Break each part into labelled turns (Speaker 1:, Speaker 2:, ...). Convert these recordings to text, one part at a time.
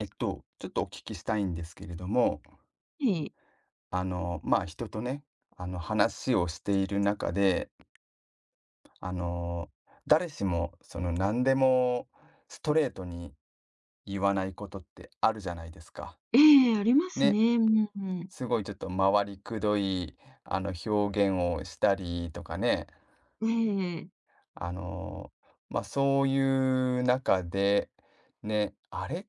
Speaker 1: ちょっとお聞きしたいんですけれども、
Speaker 2: ええ、
Speaker 1: まあ、人とね、話をしている中で、あの、誰しも、何でもストレートに言わないことってあるじゃないですか。
Speaker 2: ええ、あります
Speaker 1: ね、
Speaker 2: ね。うんうん。
Speaker 1: すごいちょっと回りくどい、表現をしたりとかね、
Speaker 2: ええ。
Speaker 1: あの、まあ、そういう中で、ね、あれ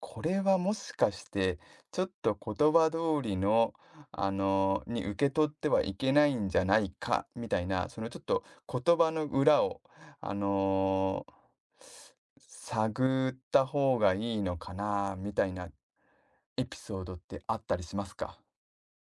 Speaker 1: これはもしかして、ちょっと言葉通りの、受け取ってはいけないんじゃないかみたいな、そのちょっと言葉の裏を、あの、探った方がいいのかなみたいなエピソードってあったりしますか？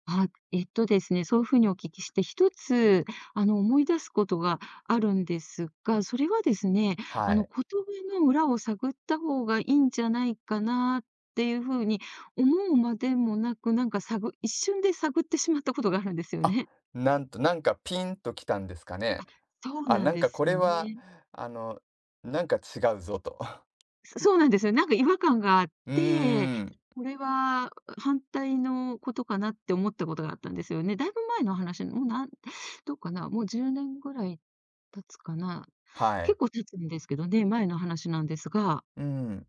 Speaker 2: あ、ですね、そういうふうにお聞きして、一つ、思い出すことがあるんですが、それはですね、
Speaker 1: はい。
Speaker 2: 言葉の裏を探った方がいいんじゃないかなっていうふうに思うまでもなく、一瞬で探ってしまったことがあるんですよ
Speaker 1: あ、
Speaker 2: ね。
Speaker 1: なんかピンときたんですかね。
Speaker 2: そう
Speaker 1: あ、
Speaker 2: なん
Speaker 1: なん
Speaker 2: で
Speaker 1: かこ
Speaker 2: すよ
Speaker 1: れは、
Speaker 2: ね。
Speaker 1: あの、なんか違うぞと。
Speaker 2: そ そうなんですよ。なんか違和感があっ
Speaker 1: う
Speaker 2: て、
Speaker 1: ーん、
Speaker 2: これは反対のことかなって思ったことがあったんですよね。だいぶ前の話、もうどうかな、もう10年ぐらい経つかな。
Speaker 1: は
Speaker 2: 結
Speaker 1: い。
Speaker 2: 構経つんですけどね、前の話なんですが、
Speaker 1: うん、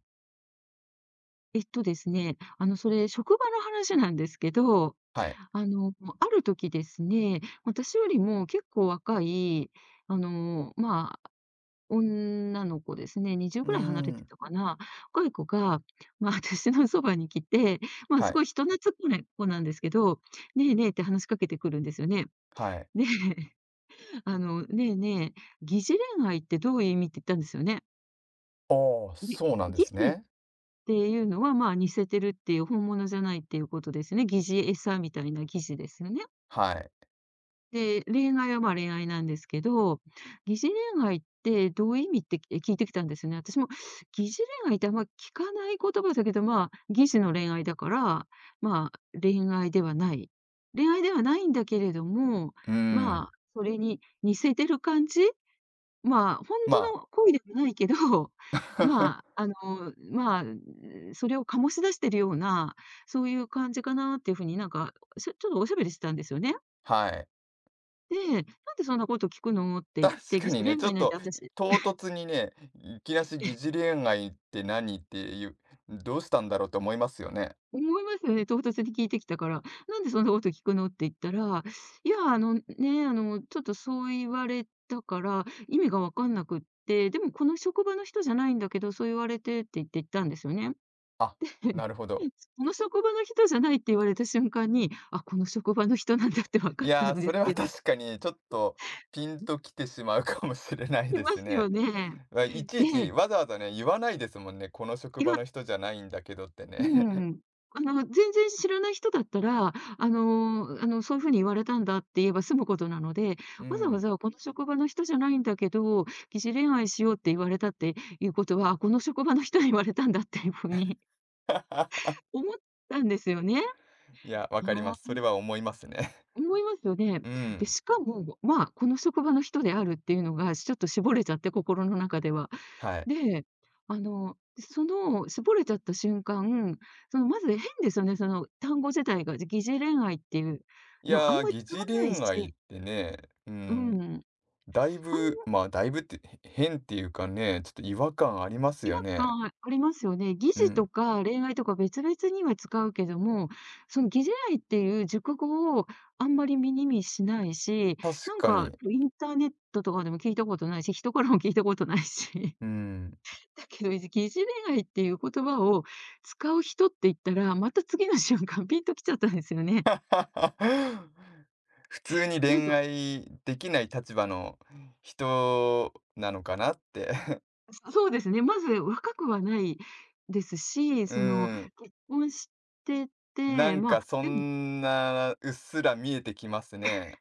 Speaker 2: ですね、それ職場の話なんですけど、
Speaker 1: はい。
Speaker 2: あの、ある時ですね、私よりも結構若い、あの、ま女の子ですね、20
Speaker 1: うー
Speaker 2: ぐらい離れて
Speaker 1: ん。
Speaker 2: たかな。若い子が、まあ、私のそばに来て、まあ、
Speaker 1: は
Speaker 2: す
Speaker 1: い、
Speaker 2: ごい人懐っこない子なんですけど、「ねえねえ」って話しかけてくるんですよね。
Speaker 1: はい。
Speaker 2: で、「ねえねえ、疑似恋愛ってどういう意味？」って言ったんですよね。
Speaker 1: ああ、そうなんで
Speaker 2: 疑
Speaker 1: す
Speaker 2: 似っ
Speaker 1: ね。
Speaker 2: ていうのは、まあ、似せてるっていう、本物じゃないっていうことですね。疑似餌みたいな疑似ですよね。
Speaker 1: はい。
Speaker 2: で、恋愛は、ま、恋愛なんですけど、疑似恋愛ってどういう意味って、聞いてきたんですよね。私も疑似恋愛ってあんま聞かない言葉だけど、まあ、疑似の恋愛だから、まあ、恋愛ではない。恋愛ではないんだけれども、
Speaker 1: うー
Speaker 2: ま
Speaker 1: ん。
Speaker 2: あ、それに似せてる感じ？まあ、本
Speaker 1: まあ、
Speaker 2: 当の恋ではないけど、まあ、まあ、それを醸し出してるような、そういう感じかなっていうふうになんか、ちょっとおしゃべりしてたんですよね。
Speaker 1: はい。
Speaker 2: で、「なんでそんなこと聞くの？」っ て言っ
Speaker 1: 確
Speaker 2: て、
Speaker 1: か
Speaker 2: 疑似
Speaker 1: にね、ち
Speaker 2: 恋
Speaker 1: ょ
Speaker 2: 愛
Speaker 1: っ
Speaker 2: なんて
Speaker 1: と
Speaker 2: 私
Speaker 1: 唐突にね、いきなし疑似
Speaker 2: え、
Speaker 1: 恋愛って何っていう、どうしたんだろうと思いますよね。
Speaker 2: 思いますよね、唐突に聞いてきたから。「なんでそんなこと聞くの？」って言ったら、「いや、あのね、あの、ちょっとそう言われたから、意味がわかんなくって、でもこの職場の人じゃないんだけど、そう言われて」って言って行ったんですよね。
Speaker 1: あ、なるほ
Speaker 2: う
Speaker 1: ど。
Speaker 2: ん。この職場の人じゃないって言われた瞬間に、あ、この職場の人なんだって分 か
Speaker 1: い
Speaker 2: った
Speaker 1: やー、
Speaker 2: んで
Speaker 1: そ
Speaker 2: す
Speaker 1: れは
Speaker 2: けど、
Speaker 1: 確かにちょっとピンときてしまうかもしれない
Speaker 2: い
Speaker 1: で
Speaker 2: ま
Speaker 1: す
Speaker 2: す
Speaker 1: ね。
Speaker 2: よね。
Speaker 1: まあいちい
Speaker 2: で、
Speaker 1: ちわざわざね、言わないですもんね。この職
Speaker 2: い
Speaker 1: 場
Speaker 2: わ
Speaker 1: の人じゃないんだけどって
Speaker 2: う
Speaker 1: ね。
Speaker 2: んうん。全然知らない人だったら、そういう風に言われたんだって言えば済むことなので、
Speaker 1: う
Speaker 2: わざわ
Speaker 1: ん。
Speaker 2: ざこの職場の人じゃないんだけど、疑似恋愛しようって言われたっていうことは、あ、この職場の人に言われたんだっていう風に 思ったんですよね。
Speaker 1: いや、わ
Speaker 2: あ
Speaker 1: かりま
Speaker 2: あ、
Speaker 1: す。それは思いますね。
Speaker 2: 思いますよね。
Speaker 1: う
Speaker 2: で、
Speaker 1: ん、
Speaker 2: しかも、まあ、この職場の人であるっていうのが、ちょっと絞れちゃって、心の中では。
Speaker 1: はい。
Speaker 2: で、その絞れちゃった瞬間、そのまず変ですよね、その単語自体が、擬似恋愛っていう
Speaker 1: い
Speaker 2: のあん
Speaker 1: やー、
Speaker 2: まり
Speaker 1: 疑
Speaker 2: 使わ
Speaker 1: 似
Speaker 2: ない
Speaker 1: 恋愛っ
Speaker 2: し、
Speaker 1: てね、う
Speaker 2: う
Speaker 1: ん、
Speaker 2: ん、
Speaker 1: だい
Speaker 2: あん
Speaker 1: ぶ、まあ、だいぶって、変っていうかね、ちょっと違和感あります
Speaker 2: 違
Speaker 1: よ
Speaker 2: 和
Speaker 1: ね。
Speaker 2: 感ありますよね。擬
Speaker 1: う
Speaker 2: 似と
Speaker 1: ん、
Speaker 2: か恋愛とか別々には使うけども、その擬似恋愛っていう熟語をあんまり耳にしないし、
Speaker 1: 確
Speaker 2: なん
Speaker 1: か
Speaker 2: か
Speaker 1: に。
Speaker 2: インターネットとかでも聞いたことないし、人からも聞いたことないし。
Speaker 1: うん。
Speaker 2: だけど、疑似恋愛っていう言葉を使う人って言ったら、また次の瞬間ピンときちゃったんですよね。
Speaker 1: 普通に
Speaker 2: なん
Speaker 1: 恋
Speaker 2: か、
Speaker 1: 愛できない立場の人なのかなって。
Speaker 2: そうですね、まず若くはないです し、
Speaker 1: うん、
Speaker 2: 結婚して
Speaker 1: な
Speaker 2: て、
Speaker 1: ん
Speaker 2: まあ、
Speaker 1: かそ
Speaker 2: でも
Speaker 1: んな、うっすら見えてきますね。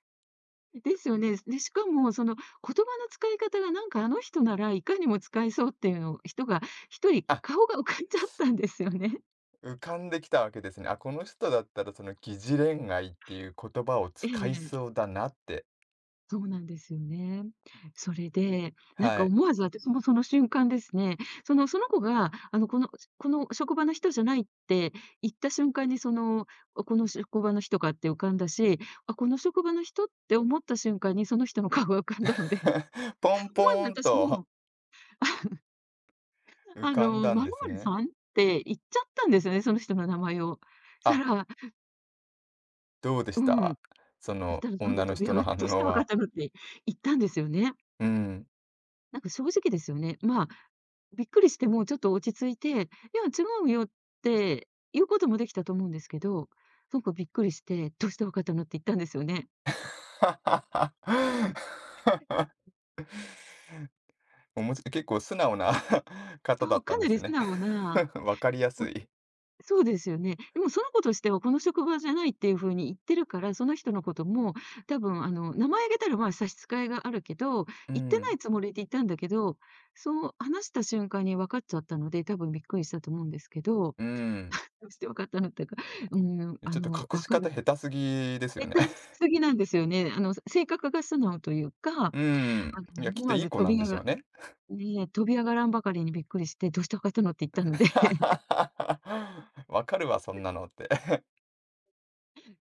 Speaker 2: ですよね。で、しかもその言葉の使い方がなんかあの人ならいかにも使えそうっていうの人が一人
Speaker 1: あ
Speaker 2: 顔が浮かんじゃったんですよね。
Speaker 1: 浮かんできたわけですね。あ、この人だったらその疑似恋愛っていう言葉を
Speaker 2: え
Speaker 1: 使い
Speaker 2: え。
Speaker 1: そうだなって。
Speaker 2: そうなんですよね。それで、なん
Speaker 1: は
Speaker 2: か
Speaker 1: い。
Speaker 2: 思わず私もその瞬間ですね、その子が、この職場の人じゃないって言った瞬間に、あ、この職場の人かって浮かんだし、あ、この職場の人って思った瞬間にその人の顔が浮かんだので、
Speaker 1: ポン ポ
Speaker 2: 思わ
Speaker 1: ー
Speaker 2: ず
Speaker 1: ン
Speaker 2: 私
Speaker 1: と
Speaker 2: も、
Speaker 1: 浮かんだん
Speaker 2: 「ま
Speaker 1: で
Speaker 2: る
Speaker 1: す
Speaker 2: まる
Speaker 1: ね。
Speaker 2: さん？」って言っちゃったんですよね、その人の名前を。そした
Speaker 1: あ、
Speaker 2: ら
Speaker 1: どうでし
Speaker 2: うん。
Speaker 1: た？そ
Speaker 2: そし
Speaker 1: の
Speaker 2: たらその子
Speaker 1: 女の
Speaker 2: 飛び上
Speaker 1: 人
Speaker 2: が
Speaker 1: の
Speaker 2: って、
Speaker 1: 反
Speaker 2: 「どうして
Speaker 1: 応
Speaker 2: 分かっ
Speaker 1: は。
Speaker 2: たの？」って言ったんですよね。
Speaker 1: うん。
Speaker 2: なんか正直ですよね。まあ、びっくりして、もうちょっと落ち着いて、いや、違うよって言うこともできたと思うんですけど、なんかびっくりして、どうしてわかったのって言ったんですよね。
Speaker 1: おもし結構素直な 方だ
Speaker 2: そう、
Speaker 1: った
Speaker 2: か
Speaker 1: んで
Speaker 2: な
Speaker 1: す
Speaker 2: り素
Speaker 1: ね。
Speaker 2: 直な、
Speaker 1: わかりや
Speaker 2: お
Speaker 1: すい。
Speaker 2: そうですよね。でもその子としてはこの職場じゃないっていう風に言ってるから、その人のことも多分名前挙げたら、ま、差し支えがあるけど、
Speaker 1: う
Speaker 2: 言ってな
Speaker 1: ん、
Speaker 2: いつもりで言ったんだけど、そう話した瞬間に分かっちゃったので、多分びっくりしたと思うんですけど、
Speaker 1: うん。
Speaker 2: どうして分かったのってか、うん、
Speaker 1: ちょっと隠
Speaker 2: 分
Speaker 1: し
Speaker 2: か
Speaker 1: 方
Speaker 2: る
Speaker 1: 下手すぎですよ
Speaker 2: 下
Speaker 1: ね。
Speaker 2: 手 すぎなんですよね。性格が素直というか、
Speaker 1: うん。いや、きっ
Speaker 2: 思
Speaker 1: と
Speaker 2: わ
Speaker 1: いい
Speaker 2: ず
Speaker 1: 子なんでしょうね。
Speaker 2: 飛び上がらんばかりにびっくりして、「どうして分かったの？」って言ったので、
Speaker 1: わかるわ、そんなのって。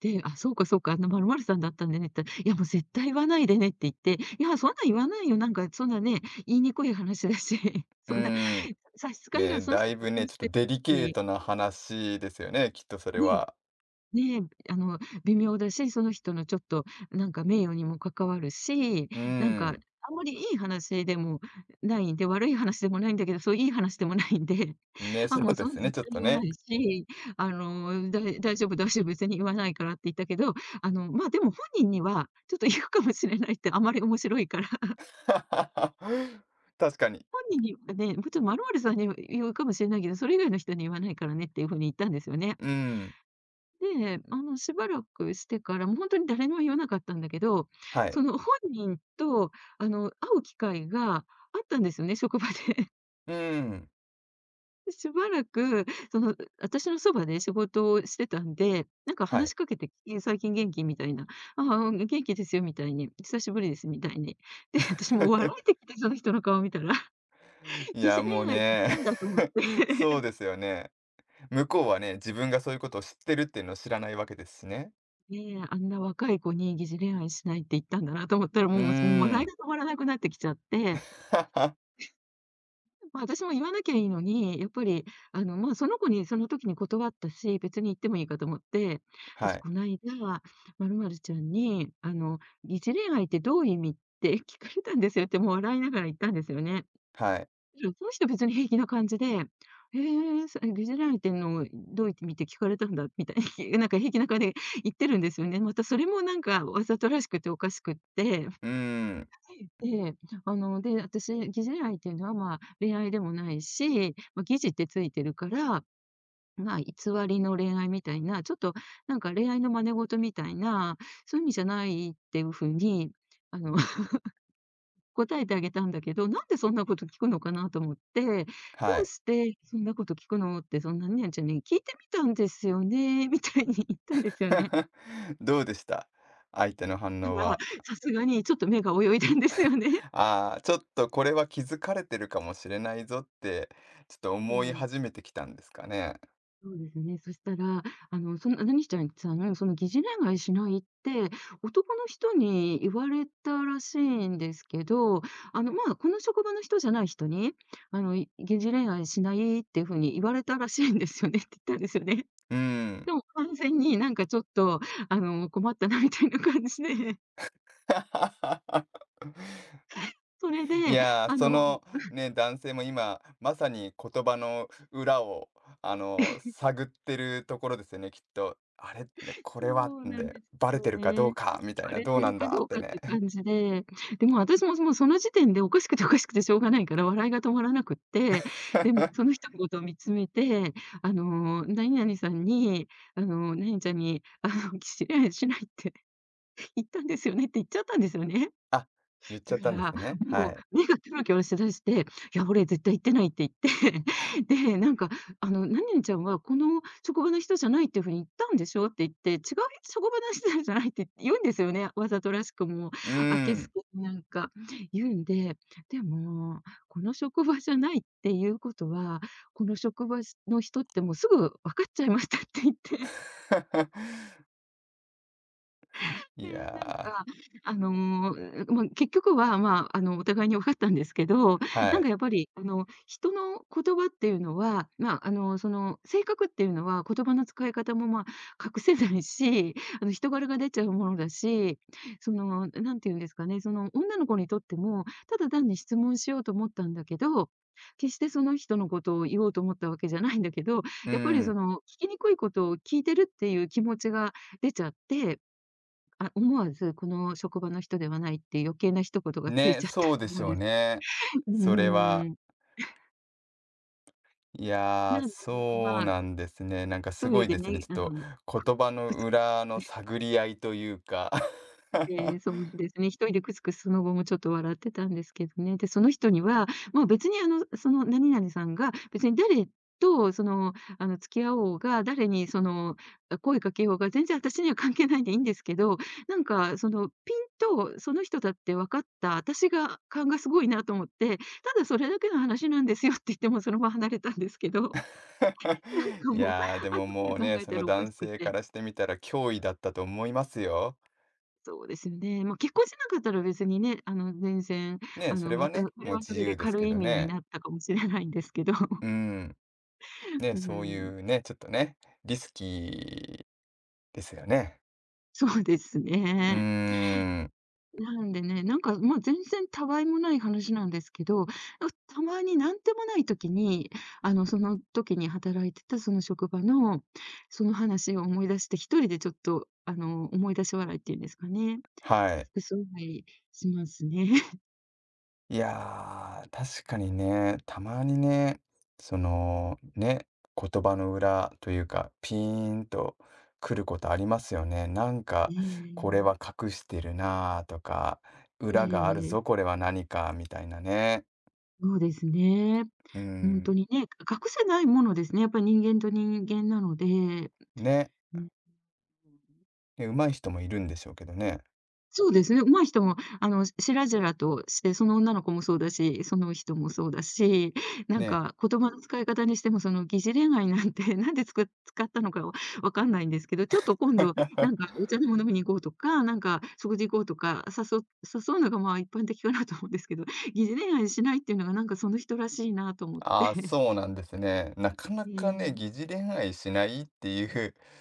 Speaker 2: で、「あ、そうかそうか、あの、〇〇さんだったんでね」って言ったら、「いや、もう絶対言わないでね」って言って、「いや、そんなん言わないよ。なんかそんなね、言いにくい話だし、
Speaker 1: う
Speaker 2: そんな
Speaker 1: ーん。
Speaker 2: 差し支えが
Speaker 1: ね、
Speaker 2: その
Speaker 1: だ
Speaker 2: 人
Speaker 1: いぶ
Speaker 2: 結
Speaker 1: ね、
Speaker 2: 婚
Speaker 1: ちょっ
Speaker 2: し
Speaker 1: と
Speaker 2: てる
Speaker 1: デリ
Speaker 2: し、
Speaker 1: ケー
Speaker 2: ね。
Speaker 1: トな話ですよね、きっとそれは。
Speaker 2: ねえ、微妙だし、その人のちょっとなんか名誉にも関わるし、
Speaker 1: うー
Speaker 2: なんか
Speaker 1: ん。
Speaker 2: あんまりいい話でもないんで、悪い話でもないんだけど、そういい話でもないんで、
Speaker 1: ね、
Speaker 2: あ、
Speaker 1: そ
Speaker 2: も
Speaker 1: う
Speaker 2: う
Speaker 1: で
Speaker 2: そんな
Speaker 1: すね、
Speaker 2: 絶
Speaker 1: ちょっ
Speaker 2: 対
Speaker 1: と
Speaker 2: 言わな
Speaker 1: ね。
Speaker 2: いし、大丈夫大丈夫、別に言わないからって言ったけど、ま、でも本人にはちょっと言うかもしれないって、あまり面白いから、
Speaker 1: 確かに。
Speaker 2: 本人にはね、もちょっさんには言うかもしれないけど、それ以外の人に言わないからね」っていう風に言ったんですよね。
Speaker 1: うーん。
Speaker 2: で、しばらくしてから、もう本当に誰にも言わなかったんだけど、
Speaker 1: はい。
Speaker 2: その本人と、会う機会があったんですよね、職場で。
Speaker 1: うーん。
Speaker 2: しばらく、私のそばで仕事をしてたんで、なんか
Speaker 1: は
Speaker 2: 話
Speaker 1: い。
Speaker 2: しかけてきて「最近元気？」みたいな。「ああ、元気ですよ」みたいに「久しぶりです」みたいに。で、私もう笑え てきて、その人の顔見たら、
Speaker 1: い
Speaker 2: 疑
Speaker 1: や、
Speaker 2: 似
Speaker 1: もう
Speaker 2: 恋愛って言っ
Speaker 1: ね、
Speaker 2: たんだと思って。
Speaker 1: そう ですよね。向こうはね、自分がそういうことを知ってるっていうのを知らないわけですしね。
Speaker 2: ねえ、あんな若い子に疑似恋愛しないって言ったんだなと思ったら、
Speaker 1: う
Speaker 2: も
Speaker 1: ー
Speaker 2: う、もう笑いが
Speaker 1: ん。
Speaker 2: 止まらなくなってきちゃって。まあ、私も言わなきゃいいのに、やっぱり、まあ、その子にその時に断ったし、別に言ってもいいかと思って、
Speaker 1: は
Speaker 2: 私
Speaker 1: い。
Speaker 2: こないだ、「まるまるちゃんに、あの、疑似恋愛ってどういう意味？」って聞かれたんですよって、もう笑いながら言ったんですよね。
Speaker 1: はい。
Speaker 2: うん、その人別に平気な感じで、「へえー、疑似恋愛っての、どういう意味ってみて聞かれたんだ」みたいに、なんか平気な感じで言ってるんですよね。またそれもなんかわざとらしくておかしくって。
Speaker 1: うーん。
Speaker 2: で、あの、で、私、疑似恋愛っていうのは、まあ、恋愛でもないし、まあ、疑似ってついてるから、まあ、偽りの恋愛みたいな、ちょっとなんか恋愛の真似事みたいな、そういう意味じゃないっていうふうに、あの、答えてあげたんだけど、なんでそんなこと聞くのかなと思って、ど
Speaker 1: は
Speaker 2: う
Speaker 1: い。
Speaker 2: してそんなこと聞くのって、そんなね、じゃあね、聞いてみたんですよね、みたいに言ったんですよね。
Speaker 1: どうでした？相手の反 応
Speaker 2: まあ
Speaker 1: は。
Speaker 2: さすがにちょっと目が泳いだんですよね。
Speaker 1: ああー、ちょっとこれは気づかれてるかもしれないぞって、ちょっと
Speaker 2: う
Speaker 1: 思い
Speaker 2: ん。
Speaker 1: 始めてきたんですかね。
Speaker 2: そうですね。そしたら、何しちゃんさんのその疑似恋愛しないって、男の人に言われたらしいんですけど、まあ、この職場の人じゃない人に、疑似恋愛しないっていう風に言われたらしいんですよねって言ったんですよね。
Speaker 1: うーん。
Speaker 2: でも完全になんかちょっと、困ったなみたいな感じで、それで、
Speaker 1: いやー、
Speaker 2: あの
Speaker 1: ね、男性も今、まさに言葉の裏を、探ってるところですよね、きっと。あれ、ね、これは
Speaker 2: そう
Speaker 1: ん
Speaker 2: なん
Speaker 1: で、
Speaker 2: です
Speaker 1: バレ
Speaker 2: よ
Speaker 1: てるか
Speaker 2: ね。
Speaker 1: どうかみたいな、
Speaker 2: ね、っ
Speaker 1: どう
Speaker 2: て
Speaker 1: な
Speaker 2: る
Speaker 1: ん
Speaker 2: か
Speaker 1: だ
Speaker 2: ど
Speaker 1: っ
Speaker 2: う
Speaker 1: て
Speaker 2: かっ
Speaker 1: ね。
Speaker 2: て感じで、でも私も、もうその時点でおかしくておかしくてしょうがないから笑いが止まらなくって、でもそ の人のことを見つめて、あの、何々さんに、何々ちゃんに、きしいしないって言ったんですよねって言っちゃったんですよね。
Speaker 1: あ、言っちゃったんで
Speaker 2: だから、
Speaker 1: すね。は
Speaker 2: も
Speaker 1: い。
Speaker 2: う目がキョロキョロしだして、いや、俺絶対行ってないって言って、で、なんか、何々ちゃんはこの職場の人じゃないっていうふうに言ったんでしょって言って、違う職場の人じゃないって言うんですよね。わざとらしくもう、
Speaker 1: うー
Speaker 2: あけす
Speaker 1: ん。
Speaker 2: けになんか言うんで、でも、この職場じゃないっていうことは、この職場の人ってもうすぐ分かっちゃいましたって言って。
Speaker 1: い
Speaker 2: で、なん
Speaker 1: やー、
Speaker 2: か、まあ、結局は、まあ、お互いに分かったんですけど、
Speaker 1: は
Speaker 2: なん
Speaker 1: い。
Speaker 2: かやっぱり、人の言葉っていうのは、まあ、性格っていうのは言葉の使い方も、まあ、隠せないし、人柄が出ちゃうものだし、その、なんていうんですかね、その、女の子にとっても、ただ単に質問しようと思ったんだけど、決してその人のことを言おうと思ったわけじゃないんだけど、
Speaker 1: う
Speaker 2: やっぱりそ
Speaker 1: ん。
Speaker 2: の、聞きにくいことを聞いてるっていう気持ちが出ちゃって、あ、思わずこの職場の人ではないって余計な一言がつい
Speaker 1: ね、
Speaker 2: ちゃった
Speaker 1: そう
Speaker 2: と
Speaker 1: で
Speaker 2: 思
Speaker 1: し
Speaker 2: うん
Speaker 1: ょう
Speaker 2: です。
Speaker 1: ね。
Speaker 2: う
Speaker 1: それ
Speaker 2: ー
Speaker 1: は。
Speaker 2: ん。
Speaker 1: いやー、
Speaker 2: なんで、
Speaker 1: そう
Speaker 2: まあ、
Speaker 1: なんですね。なんかす
Speaker 2: ト
Speaker 1: ご
Speaker 2: イレ
Speaker 1: い
Speaker 2: で
Speaker 1: ですね。ち
Speaker 2: ね、
Speaker 1: ょ
Speaker 2: く
Speaker 1: っと言葉
Speaker 2: く
Speaker 1: の
Speaker 2: つくつ。
Speaker 1: 裏の探り合いというか。
Speaker 2: ええ、そうな んですね。一人でクスクスその後もちょっと笑ってたんですけどね。で、その人には、もう別にその何々さんが、別に誰と付き合おうが、誰に声かけようが、全然私には関係ないんでいいんですけど、なんかその、ピンとその人だって分かった私が感がすごいなと思って、ただそれだけの話なんですよって言ってもうその場離れたんですけど、なん か
Speaker 1: い
Speaker 2: もう、後
Speaker 1: やー、でももう
Speaker 2: から
Speaker 1: ね、
Speaker 2: 考え
Speaker 1: そ
Speaker 2: た
Speaker 1: の
Speaker 2: らおか
Speaker 1: 男
Speaker 2: しく
Speaker 1: 性か
Speaker 2: て。
Speaker 1: らしてみたら脅威だったと思いますよ。
Speaker 2: そうですよね。まあ、結婚しなかったら別にね、全然、
Speaker 1: ね、それは
Speaker 2: また、
Speaker 1: ね、
Speaker 2: それ
Speaker 1: もう
Speaker 2: はそ
Speaker 1: 自
Speaker 2: れ
Speaker 1: 由
Speaker 2: で
Speaker 1: です
Speaker 2: 軽
Speaker 1: け
Speaker 2: い意
Speaker 1: ど
Speaker 2: 味に
Speaker 1: ね。
Speaker 2: なったかもしれないんですけど。
Speaker 1: う ん。ね、
Speaker 2: う
Speaker 1: そうい
Speaker 2: ん、
Speaker 1: うね、ちょっとね、リスキーですよね。
Speaker 2: そうです
Speaker 1: うー
Speaker 2: ね。
Speaker 1: ん、
Speaker 2: なんでね、なんか、もう全然たわいもない話なんですけど、たまになんでもない時に、その時に働いてたその職場の、その話を思い出して、一人でちょっと、思い出し笑いっていうんですかね。
Speaker 1: はい。
Speaker 2: クス笑いしますね。
Speaker 1: いやー、確かにね、たまにね、ね、言葉の裏というか、ピーンと来ることありますよね。なん
Speaker 2: え
Speaker 1: か、これ
Speaker 2: え。
Speaker 1: は隠してるなーとか、
Speaker 2: え
Speaker 1: 裏があるぞ、
Speaker 2: え。
Speaker 1: これは何かみたいなね。
Speaker 2: そうですね。
Speaker 1: う
Speaker 2: 本当
Speaker 1: ん。
Speaker 2: にね、隠せないものですね、やっぱり人間と人間なので、
Speaker 1: ね。
Speaker 2: うん、
Speaker 1: ね、上手い人もいるんでしょうけどね。
Speaker 2: そうですね、上手い人も、しらじらとして、その女の子もそうだし、その人もそうだし、なん
Speaker 1: ね。
Speaker 2: か言葉の使い方にしても、その疑似恋愛なんて、なんで使ったのかわかんないんですけど、ちょっと今度なんか お茶でも飲みに行こうとか、なんか食事行こうとか、誘うのが、まあ、一般的かなと思うんですけど、疑似恋愛しないっていうのがなんかその人らしいなと思って。
Speaker 1: ああ、そうなんですね。なかな
Speaker 2: え
Speaker 1: かね、疑
Speaker 2: え。
Speaker 1: 似恋愛しないっていう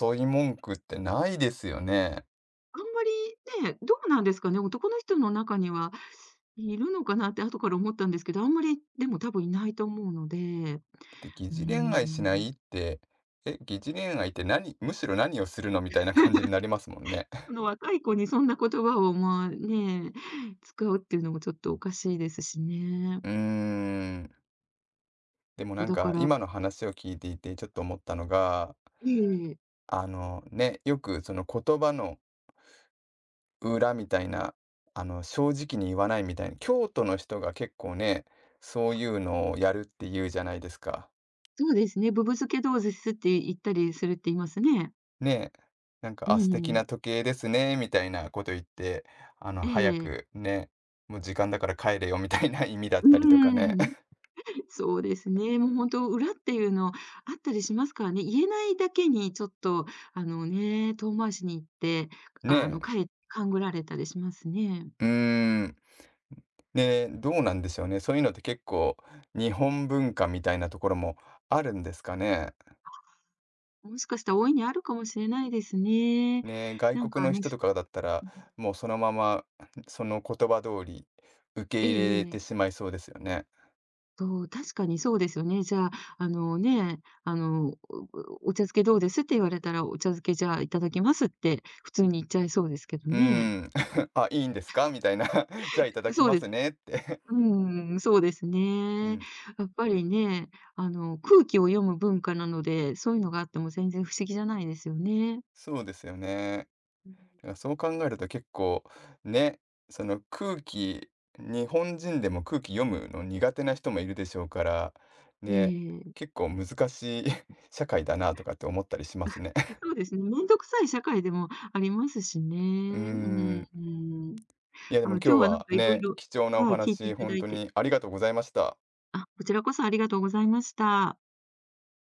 Speaker 1: 誘い文句ってないですよね。
Speaker 2: あんまりね、どうなんですかね、男の人の中にはいるのかなって後から思ったんですけど、あんまりでも多分いないと思うので、
Speaker 1: で、疑
Speaker 2: うー
Speaker 1: 似恋愛しな
Speaker 2: ん。
Speaker 1: いって、え、疑似恋愛って何むしろ何をするのみたいな感じになりますもんね。
Speaker 2: その 若い子にそんな言葉をまあ、ね、使うっていうのもちょっとおかしいですしね。
Speaker 1: うーん。でもなん
Speaker 2: だ
Speaker 1: か
Speaker 2: から、
Speaker 1: 今の話を聞いていてちょっと思ったのが、
Speaker 2: ええ、
Speaker 1: あのね、よくその言葉の裏みたいな、正直に言わないみたいな、京都の人が結構ね、そういうのをやるって言うじゃないですか。
Speaker 2: そうですね、ぶぶ漬けどうですって言ったりするって言いますね。
Speaker 1: ねえ、なんか、
Speaker 2: う
Speaker 1: あ、素
Speaker 2: んう
Speaker 1: 敵
Speaker 2: ん。
Speaker 1: な時計ですね、みたいなこと言って、
Speaker 2: え
Speaker 1: 早
Speaker 2: え。
Speaker 1: くね、もう時間だから帰れよみたいな 意味だっ
Speaker 2: う
Speaker 1: たりとかね。
Speaker 2: ーん。そうですね。もう本当、裏っていうのあったりしますからね。言えないだけにちょっと、あのね、遠回しに行って、
Speaker 1: ねえ、
Speaker 2: 勘ぐられたりしますね。
Speaker 1: うーん。ねえ、どうなんでしょうね。そういうのって結構日本文化みたいなところもあるんですかね。
Speaker 2: もしかしたら大いにあるかもしれないですね。
Speaker 1: ね、外
Speaker 2: なん
Speaker 1: 国
Speaker 2: か
Speaker 1: の
Speaker 2: ね、
Speaker 1: 人とかだったら、もうそのまま、その言葉通り受け
Speaker 2: え
Speaker 1: 入れ
Speaker 2: えええ
Speaker 1: て
Speaker 2: と。
Speaker 1: しまいそうですよね。
Speaker 2: 確かにそうですよね。じゃあ、あのね、お茶漬けどうですって言われたら、お茶漬けじゃあいただきますって普通に言っちゃいそうですけど
Speaker 1: うー
Speaker 2: ね。
Speaker 1: ん、「あ、いいんですか？」みたいな 「じゃあいただき
Speaker 2: そう
Speaker 1: ま
Speaker 2: です。
Speaker 1: すね」って
Speaker 2: うん、そうです
Speaker 1: う
Speaker 2: ね。
Speaker 1: ん、
Speaker 2: やっぱりね、空気を読む文化なので、そういうのがあっても全然不思議じゃないですよね。
Speaker 1: そうですよね。
Speaker 2: うん。
Speaker 1: だからそう考えると結構、ね、その空気日本人でも空気読むの苦手な人もいるでしょうから、
Speaker 2: え
Speaker 1: ね、
Speaker 2: え、
Speaker 1: 結構難しい 社会だなとかって思ったりしますね。
Speaker 2: そうですね、面倒くさい社会でもありますしね。
Speaker 1: うー
Speaker 2: うん、
Speaker 1: ん。
Speaker 2: うん。
Speaker 1: いや、で
Speaker 2: あ、
Speaker 1: も
Speaker 2: 今日
Speaker 1: 今日
Speaker 2: はなん
Speaker 1: は
Speaker 2: か色
Speaker 1: ね、
Speaker 2: 々
Speaker 1: 貴重なお
Speaker 2: はい、聞いて
Speaker 1: 話、
Speaker 2: いただ
Speaker 1: 本
Speaker 2: い
Speaker 1: 当
Speaker 2: て。
Speaker 1: にありがとうございました。
Speaker 2: あ、こちらこそありがとうございました。